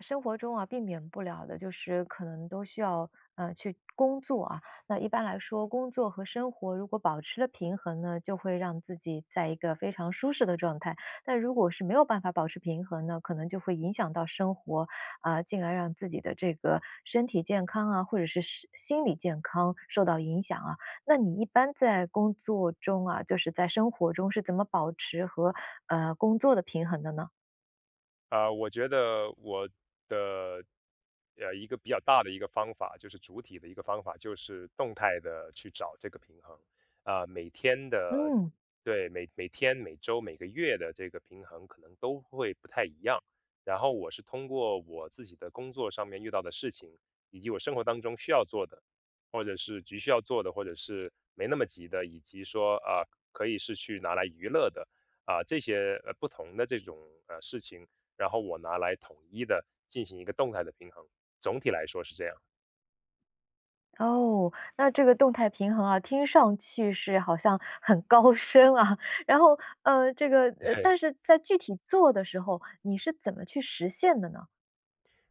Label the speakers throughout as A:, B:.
A: 生活中啊，避免不了的就是可能都需要去工作啊。那一般来说，工作和生活如果保持了平衡呢，就会让自己在一个非常舒适的状态。但如果是没有办法保持平衡呢，可能就会影响到生活啊、进而让自己的这个身体健康啊，或者是心理健康受到影响啊。那你一般在工作中啊，就是在生活中是怎么保持和工作的平衡的呢？
B: 啊，我觉得我的一个比较大的一个方法，就是主体的一个方法，就是动态的去找这个平衡。啊、每天的
A: 嗯
B: 对每天、每周、每个月的这个平衡可能都会不太一样。然后我是通过我自己的工作上面遇到的事情，以及我生活当中需要做的，或者是急需要做的，或者是没那么急的，以及说啊、可以是去拿来娱乐的。啊、这些不同的这种事情，然后我拿来统一的进行一个动态的平衡，总体来说是这样。
A: 哦，那这个动态平衡啊，听上去是好像很高深啊，然后，
B: 对，
A: 但是在具体做的时候，你是怎么去实现的呢？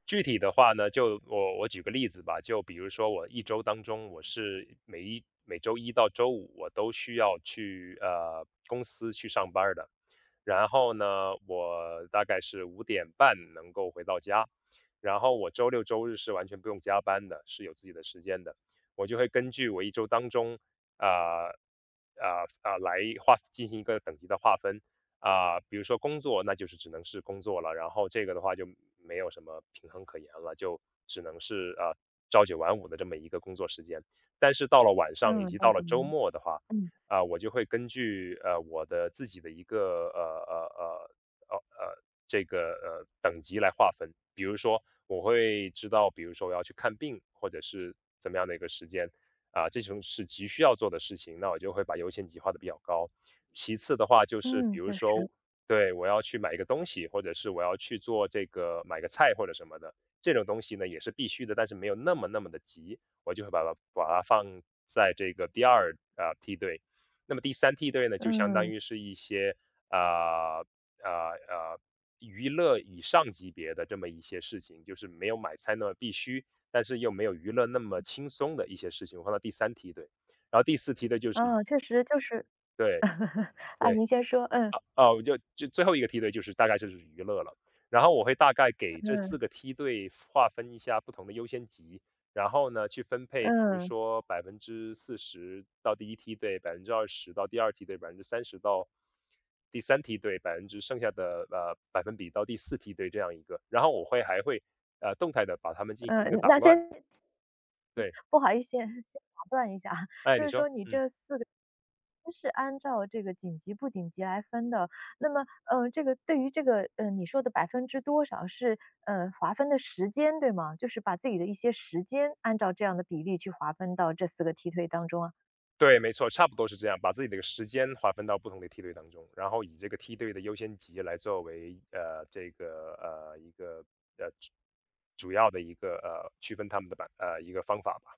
B: 具体的话呢，就我举个例子吧，就比如说我一周当中，我是每周一到周五我都需要去，公司去上班儿的。然后呢，我大概是5:30能够回到家，然后我周六周日是完全不用加班的，是有自己的时间的。我就会根据我一周当中，啊来进行一个等级的划分。啊，比如说工作，那就是只能是工作了，然后这个的话就没有什么平衡可言了，就只能是啊朝九晚五的这么一个工作时间。但是到了晚上以
A: 嗯，
B: 及
A: 朝
B: 到
A: 就
B: 了
A: 晚
B: 周
A: 五，
B: 末的话，
A: 嗯，
B: 啊、我就会根据我的自己的一个呃呃呃这个等级来划分。比如说，我会知道，比如说我要去看病，或者是怎么样的一个时间啊、这种是急需要做的事情，那我就会把优先级划得比较高。其次的话，就是
A: 嗯，
B: 比如
A: 确实，
B: 说，对我要去买一个东西，或者是我要去做这个买个菜或者什么的，这种东西呢也是必须的，但是没有那么那么的急，我就会把它放在这个第二啊、梯队。那么第三梯队呢，就相当
A: 嗯，
B: 于是一些呃呃呃娱乐以上级别的这么一些事情，就是没有买菜那么必须，但是又没有娱乐那么轻松的一些事情，我放到第三梯队。然后第四梯队就是
A: 啊，确实就是
B: 对
A: 啊，
B: 对。
A: 您先说，嗯，
B: 哦，我就最后一个梯队就是大概就是娱乐了。然后我会大概给这
A: 嗯，
B: 四个梯队划分一下不同的优先级，然后呢，去分配，比如
A: 嗯，
B: 说40%到第一梯队，20%到第二梯队，30%到第三梯队，百分之剩下的百分比到第四梯队这样一个。然后我会还会动态的把它们进行一个
A: 嗯，
B: 打
A: 那
B: 乱。
A: 先
B: 对，
A: 不好意思，先打断一下啊，
B: 哎，
A: 就
B: 你
A: 是
B: 说，
A: 说你
B: 嗯。
A: 这四个是按照这个紧急不紧急来分的，那么，呃，这个对于这个，呃，你说的百分之多少是，呃，划分的时间，对吗？就是把自己的一些时间按照这样的比例去划分到这四个梯队当中啊？
B: 对，没错，差不多是这样，把自己的时间划分到不同的梯队当中，然后以这个梯队的优先级来作为这个一个呃主要的一个呃区分他们的板呃一个方法吧。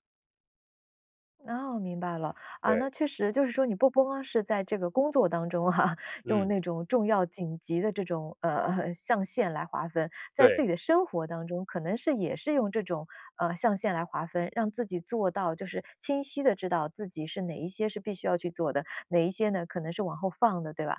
A: 哦，明白了。啊，那
B: 对，
A: 确实就是说你不光啊是在这个工作当中哈，用
B: 嗯，
A: 那种重要紧急的这种，呃，象限来划分，在自
B: 对。
A: 己的生活当中可能是也是用这种，呃，象限来划分，让自己做到就是清晰的知道自己是哪一些是必须要去做的，哪一些呢可能是往后放的，对吧？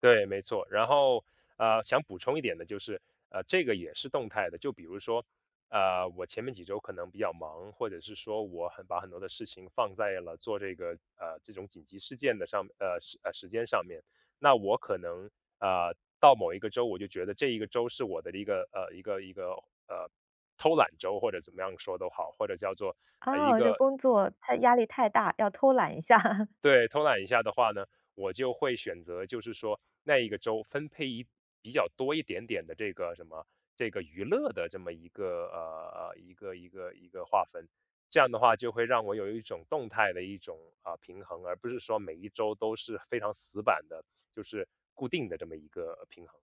B: 对，没错。然后，呃，想补充一点的就是，呃，这个也是动态的。就比如说，呃，我前面几周可能比较忙，或者是说我把很多的事情放在了做这个这种紧急事件的时间上面。那我可能呃到某一个周，我就觉得这一个周是我的一个呃偷懒周，或者怎么样说都好，或者叫做一
A: 哦，就
B: 个
A: 工作太压力太大，要偷懒一下。
B: 对，偷懒一下的话呢，我就会选择就是说那一个周分配比较多一点点的这个什么这个娱乐的这么一个划分，这样的话就会让我有一种动态的一种啊、平衡，而不是说每一周都是非常死板的，就是固定的这么一个平衡。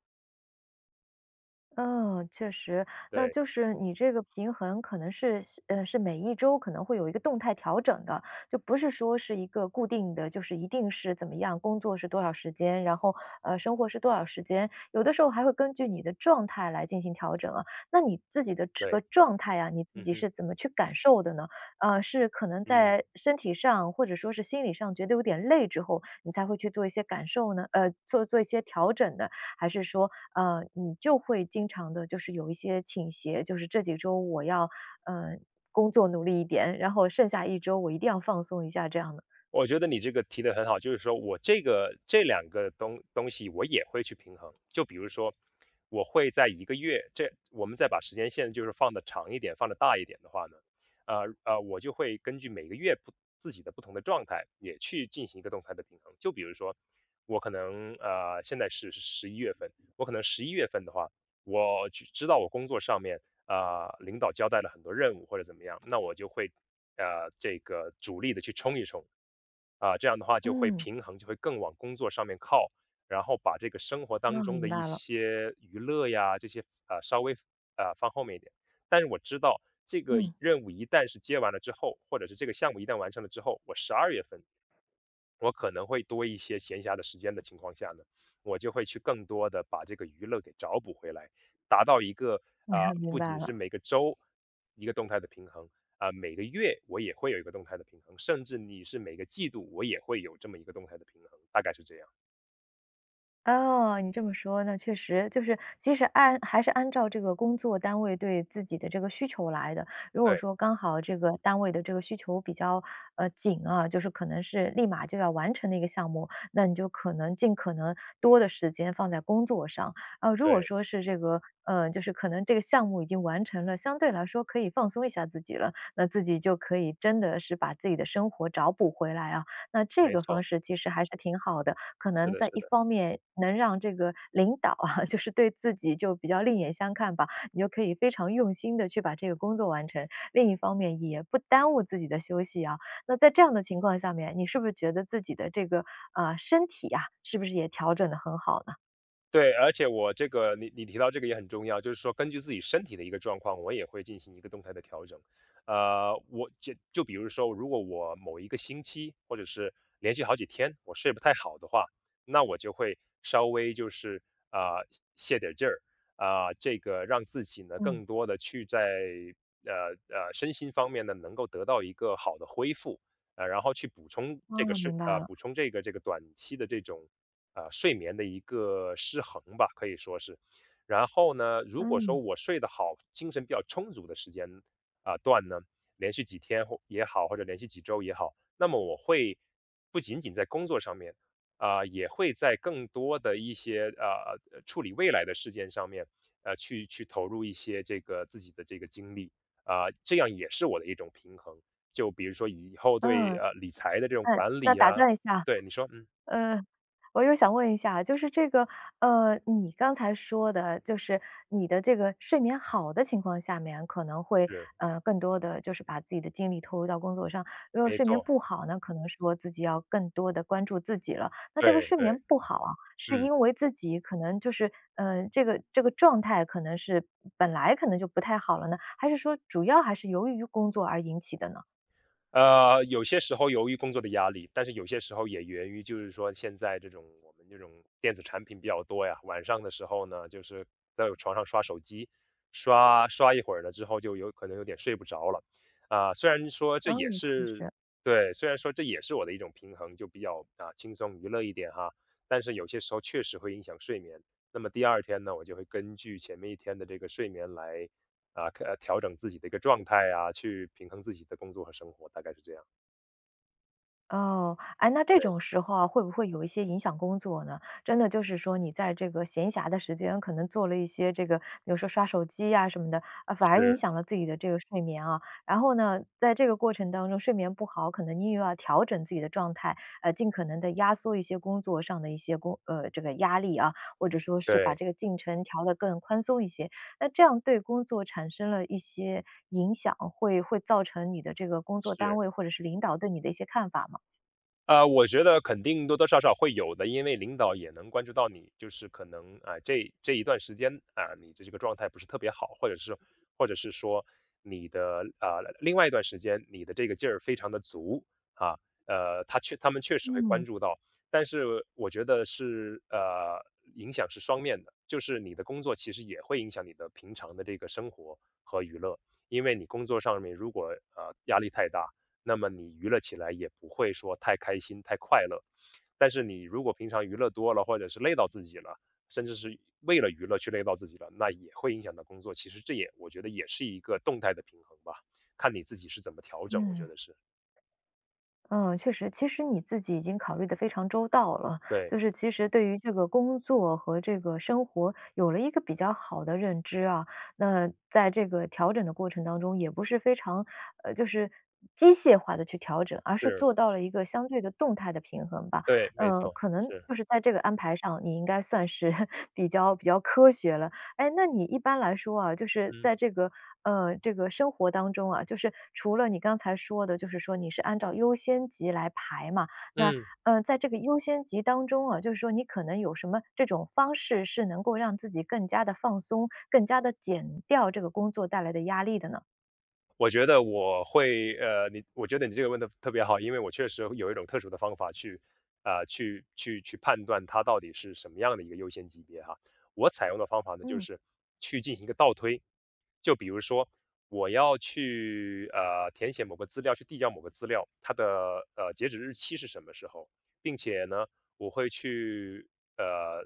A: 嗯，确实，那
B: 对
A: 就是你这个平衡可能是呃，是每一周可能会有一个动态调整的，就不是说是一个固定的，就是一定是怎么样，工作是多少时间，然后呃，生活是多少时间，有的时候还会根据你的状态来进行调整啊。那你自己的这个
B: 对，
A: 状态啊，你自
B: 嗯
A: 己
B: 哼，
A: 是怎么去感受的呢？呃，是可能
B: 嗯。
A: 在身体上或者说是心理上觉得有点累之后，你才会去做一些感受呢？呃，做一些调整的，还是说呃，你就会经常的，就是有一些倾斜，就是这几周我要，呃，工作努力一点，然后剩下一周我一定要放松一下这样的。
B: 我觉得你这个提的很好，就是说我这个这两个东西我也会去平衡。就比如说，我会在一个月，这我们再把时间线就是放的长一点，放的大一点的话呢，我就会根据每个月不自己的不同的状态，也去进行一个动态的平衡。就比如说，我可能现在是十一月份，我可能十一月份的话，我只知道我工作上面啊，领导交代了很多任务或者怎么样，那我就会这个主力的去冲一冲，啊，这样的话就会
A: 嗯。
B: 平衡，就会更往工作上面靠，然后把这个生活当
A: 哦，
B: 中
A: 明
B: 的一
A: 白了。
B: 些娱乐呀这些啊稍微放后面一点。但是我知道这个
A: 嗯。
B: 任务一旦是接完了之后，或者是这个项目一旦完成了之后，我12月份我可能会多一些闲暇的时间的情况下呢，我就会去更多的把这个娱乐给找补回来，达到一个啊、
A: 明
B: 不
A: 白
B: 仅是
A: 了。
B: 每个周一个动态的平衡，啊、每个月我也会有一个动态的平衡，甚至你是每个季度我也会有这么一个动态的平衡，大概是这样。
A: 哦，你这么说，那确实就是，其实按还是按照这个工作单位对自己的这个需求来的。如果
B: 对
A: 说刚好这个单位的这个需求比较紧啊，就是可能是立马就要完成的一个项目，那你就可能尽可能多的时间放在工作上。啊，如果
B: 对，
A: 说是这个呃，就是可能这个项目已经完成了，相对来说可以放松一下自己了，那自己就可以真的是把自己的生活找补回来啊，那这
B: 没
A: 个方
B: 错，
A: 式其实还是挺好的，可
B: 是
A: 能
B: 的，
A: 在
B: 是
A: 一
B: 的。
A: 方面能让这个领导啊，就是对自己就比较另眼相看吧，你就可以非常用心的去把这个工作完成。另一方面也不耽误自己的休息啊。那在这样的情况下面，你是不是觉得自己的这个，啊身体啊，是不是也调整的很好呢？
B: 对，而且我这个你提到这个也很重要，就是说根据自己身体的一个状况，我也会进行一个动态的调整。呃，我就比如说，如果我某一个星期或者是连续好几天我睡不太好的话，那我就会稍微就是啊、泄点劲儿，啊、这个让自己呢
A: 嗯，
B: 更多的去在呃身心方面呢能够得到一个好的恢复，呃，然后去补充这个
A: 啊，明白了，
B: 补充这个这个短期的这种啊，睡眠的一个失衡吧，可以说是。然后呢，如果说
A: 嗯，
B: 我睡得好，精神比较充足的时间啊、段呢，连续几天或也好，或者连续几周也好，那么我会不仅仅在工作上面啊、也会在更多的一些啊处理未来的事件上面，呃，去投入一些这个自己的这个精力啊、这样也是我的一种平衡。就比如说以后对
A: 嗯，
B: 理财的这种
A: 哎，
B: 管
A: 那
B: 理
A: 打
B: 啊，
A: 断一下
B: 对你说，嗯，
A: 呃，我又想问一下，就是这个，呃，你刚才说的，就是你的这个睡眠好的情况下面，可能会
B: 是
A: 呃更多的就是把自己的精力投入到工作上；如果
B: 没
A: 睡眠
B: 错，
A: 不好呢，可能说自己要更多的关注自己了。那这个
B: 对
A: 睡眠
B: 对，
A: 不好啊，是
B: 嗯，
A: 因为自己可能就是呃这个状态可能是本来可能就不太好了呢，还是说主要还是由于工作而引起的呢？
B: 呃，有些时候由于工作的压力，但是有些时候也源于就是说现在这种我们这种电子产品比较多呀，晚上的时候呢，就是在床上刷手机，刷一会儿了之后就有可能有点睡不着了，啊，虽然说这也
A: 嗯，确
B: 是
A: 实，
B: 对，虽然说这也是我的一种平衡，就比较啊轻松娱乐一点哈，但是有些时候确实会影响睡眠。那么第二天呢，我就会根据前面一天的这个睡眠来啊，调整自己的一个状态啊，去平衡自己的工作和生活，大概是这样。
A: 哦，哎，那这
B: 对，
A: 种时候啊，会不会有一些影响工作呢？真的就是说你在这个闲暇的时间，可能做了一些这个，比如说刷手机啊什么的，啊，反而影
B: 是，
A: 响了自己的这个睡眠啊。然后呢，在这个过程当中睡眠不好，可能你又要调整自己的状态，呃，尽可能的压缩一些工作上的一些工呃，这个压力啊，或者说是把
B: 对，
A: 这个进程调得更宽松一些。那这样对工作产生了一些影响，会造成你的这个工作单
B: 是。
A: 位或者是领导对你的一些看法吗？
B: 呃，我觉得肯定多多少少会有的，因为领导也能关注到你，就是可能啊、这一段时间啊、你的这个状态不是特别好，或者是或者是说你的啊、另外一段时间你的这个劲儿非常的足啊，呃，他们确实会关
A: 嗯
B: 注到，但是我觉得是影响是双面的，就是你的工作其实也会影响你的平常的这个生活和娱乐，因为你工作上面如果压力太大。那么你娱乐起来也不会说太开心、太快乐。但是你如果平常娱乐多了，或者是累到自己了，甚至是为了娱乐去累到自己了，那也会影响到工作。其实我觉得也是一个动态的平衡吧，看你自己是怎么调整，我
A: 嗯
B: 觉得是。
A: 嗯，确实，其实你自己已经考虑的非常周到了，
B: 对，
A: 就是其实对于这个工作和这个生活有了一个比较好的认知啊。那在这个调整的过程当中，也不是非常呃，就是机械化的去调整，而是
B: 是，
A: 做到了一个相对的动态的平衡吧。
B: 对，没
A: 呃，
B: 错，
A: 可能
B: 是，
A: 就是在这个安排上，你应该算是 比较科学了。哎，那你一般来说啊，就是
B: 嗯，
A: 在这个呃这个生活当中啊，就是除了你刚才说的，就是说你是按照优先级来排嘛，那
B: 嗯。
A: 呃在这个优先级当中啊，就是说你可能有什么这种方式是能够让自己更加的放松，更加的减掉这个工作带来的压力的呢？
B: 我觉得你这个问的特别好，因为我确实有一种特殊的方法去，去判断它到底是什么样的一个优先级别哈。我采用的方法呢，就
A: 嗯，
B: 是去进行一个倒推，就比如说我要去填写某个资料，去递交某个资料，它的截止日期是什么时候，并且呢，我会去呃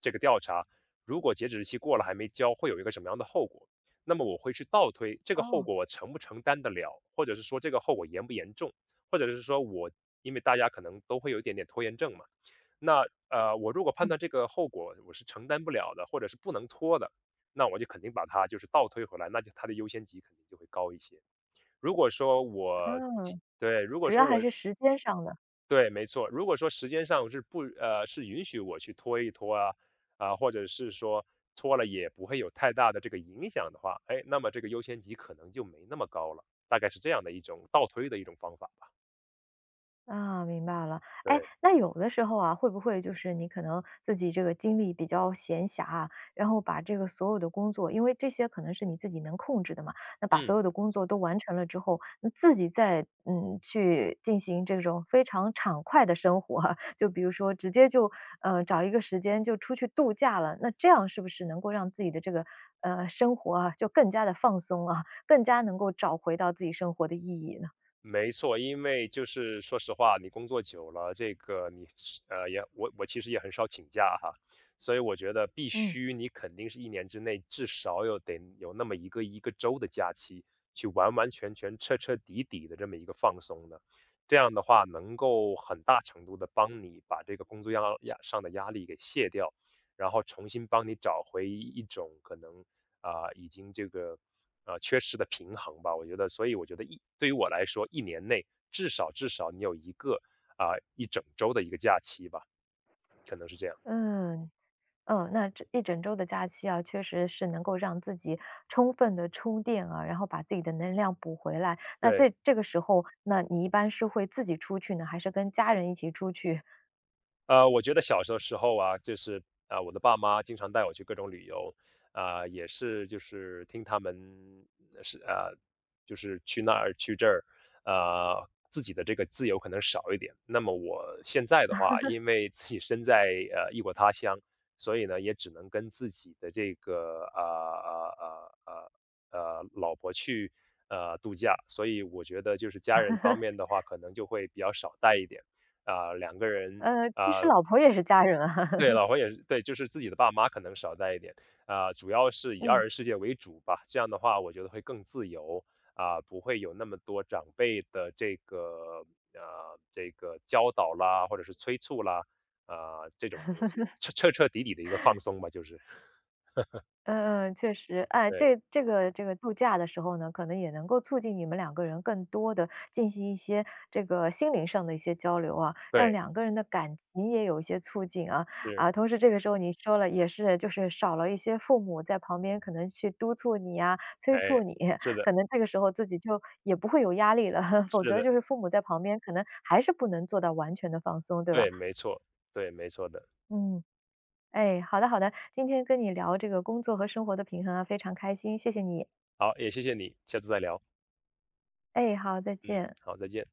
B: 这个调查，如果截止日期过了还没交，会有一个什么样的后果。那么我会去倒推这个后
A: 哦，
B: 果我承不承担得了，或者是说这个后果严不严重，或者是说因为大家可能都会有一点点拖延症嘛，那我如果判
A: 嗯。
B: 断这个后果我是承担不了的，或者是不能拖的，那我就肯定把它就是倒推回来，那就它的优先级肯定就会高一些。如果说我既
A: 嗯，
B: 对，如果
A: 主要
B: 说
A: 还
B: 我
A: 是时间上的。
B: 对，没错。如果说时间上是不呃，是允许我去拖一拖啊，啊，或者是说拖了也不会有太大的这个影响的话，哎，那么这个优先级可能就没那么高了，大概是这样的一种倒推的一种方法吧。
A: 啊，明白了。哎，
B: 对，
A: 那有的时候啊，会不会就是你可能自己这个精力比较闲暇啊，然后把这个所有的工作，因为这些可能是你自己能控制的嘛，那把所
B: 嗯。
A: 有的工作都完成了之后，那自己再嗯去进行这种非常畅快的生活啊，就比如说直接就找一个时间就出去度假了，那这样是不是能够让自己的这个生活啊就更加的放松啊，更加能够找回到自己生活的意义呢？
B: 没错，因为就是说实话，你工作久了，这个你是也我其实也很少请假哈，所以我觉得必
A: 嗯。
B: 须你肯定是一年之内至少有得有那么一个周的假期，去完完全全彻彻底底的这么一个放松的，这样的话能够很大程度的帮你把这个工作压上的压力给卸掉，然后重新帮你找回一种可能啊、已经这个缺失的平衡吧。我觉得，所以我觉得对于我来说，一年内至少你有一个啊、一整周的一个假期吧，可能是这样。
A: 嗯，嗯，那这一整周的假期啊，确实是能够让自己充分的充电啊，然后把自己的能量补回来。那
B: 对。
A: 这个时候，那你一般是会自己出去呢，还是跟家人一起出去？
B: 我觉得小时候时候啊，就是啊，我的爸妈经常带我去各种旅游，啊，也是就是听他们是啊，就是去那儿去这儿，啊，自己的这个自由可能少一点。那么我现在的话，因为自己身在异国他乡，所以呢，也只能跟自己的这个啊啊老婆去度假，所以我觉得就是家人方面的话，可能就会比较少带一点。啊、两个 人
A: 呃，其实
B: 啊，
A: 老婆也是家人啊，
B: 对，老婆也是对，就是自己的爸妈可能少带一点，啊，主要是以二
A: 嗯。
B: 人世界为主吧。这样的话，我觉得会更自由啊，不会有那么多长辈的这个这个教导啦，或者是催促啦，啊、这种东西，彻彻彻底底的一个放松吧，就是，
A: 嗯嗯，确实，哎，
B: 对
A: 这个度假的时候呢，可能也能够促进你们两个人更多的进行一些这个心灵上的一些交流啊，让
B: 对
A: 两个人的感情也有一些促进啊。
B: 是，
A: 啊，同时这个时候你说了，也是就是少了一些父母在旁边可能去督促你啊，催
B: 哎，
A: 促你，
B: 是
A: 可
B: 的，
A: 能这个时候自己就也不会有压力了，否
B: 是
A: 则
B: 的，
A: 就是父母在旁边，可能还是不能做到完全的放松，对吧？
B: 对，没错，对，没错的。
A: 嗯。哎，好的好的，今天跟你聊这个工作和生活的平衡啊，非常开心，谢谢你。
B: 好，也谢谢你，下次再聊。
A: 哎，好，再
B: 嗯，
A: 见。
B: 好，再见。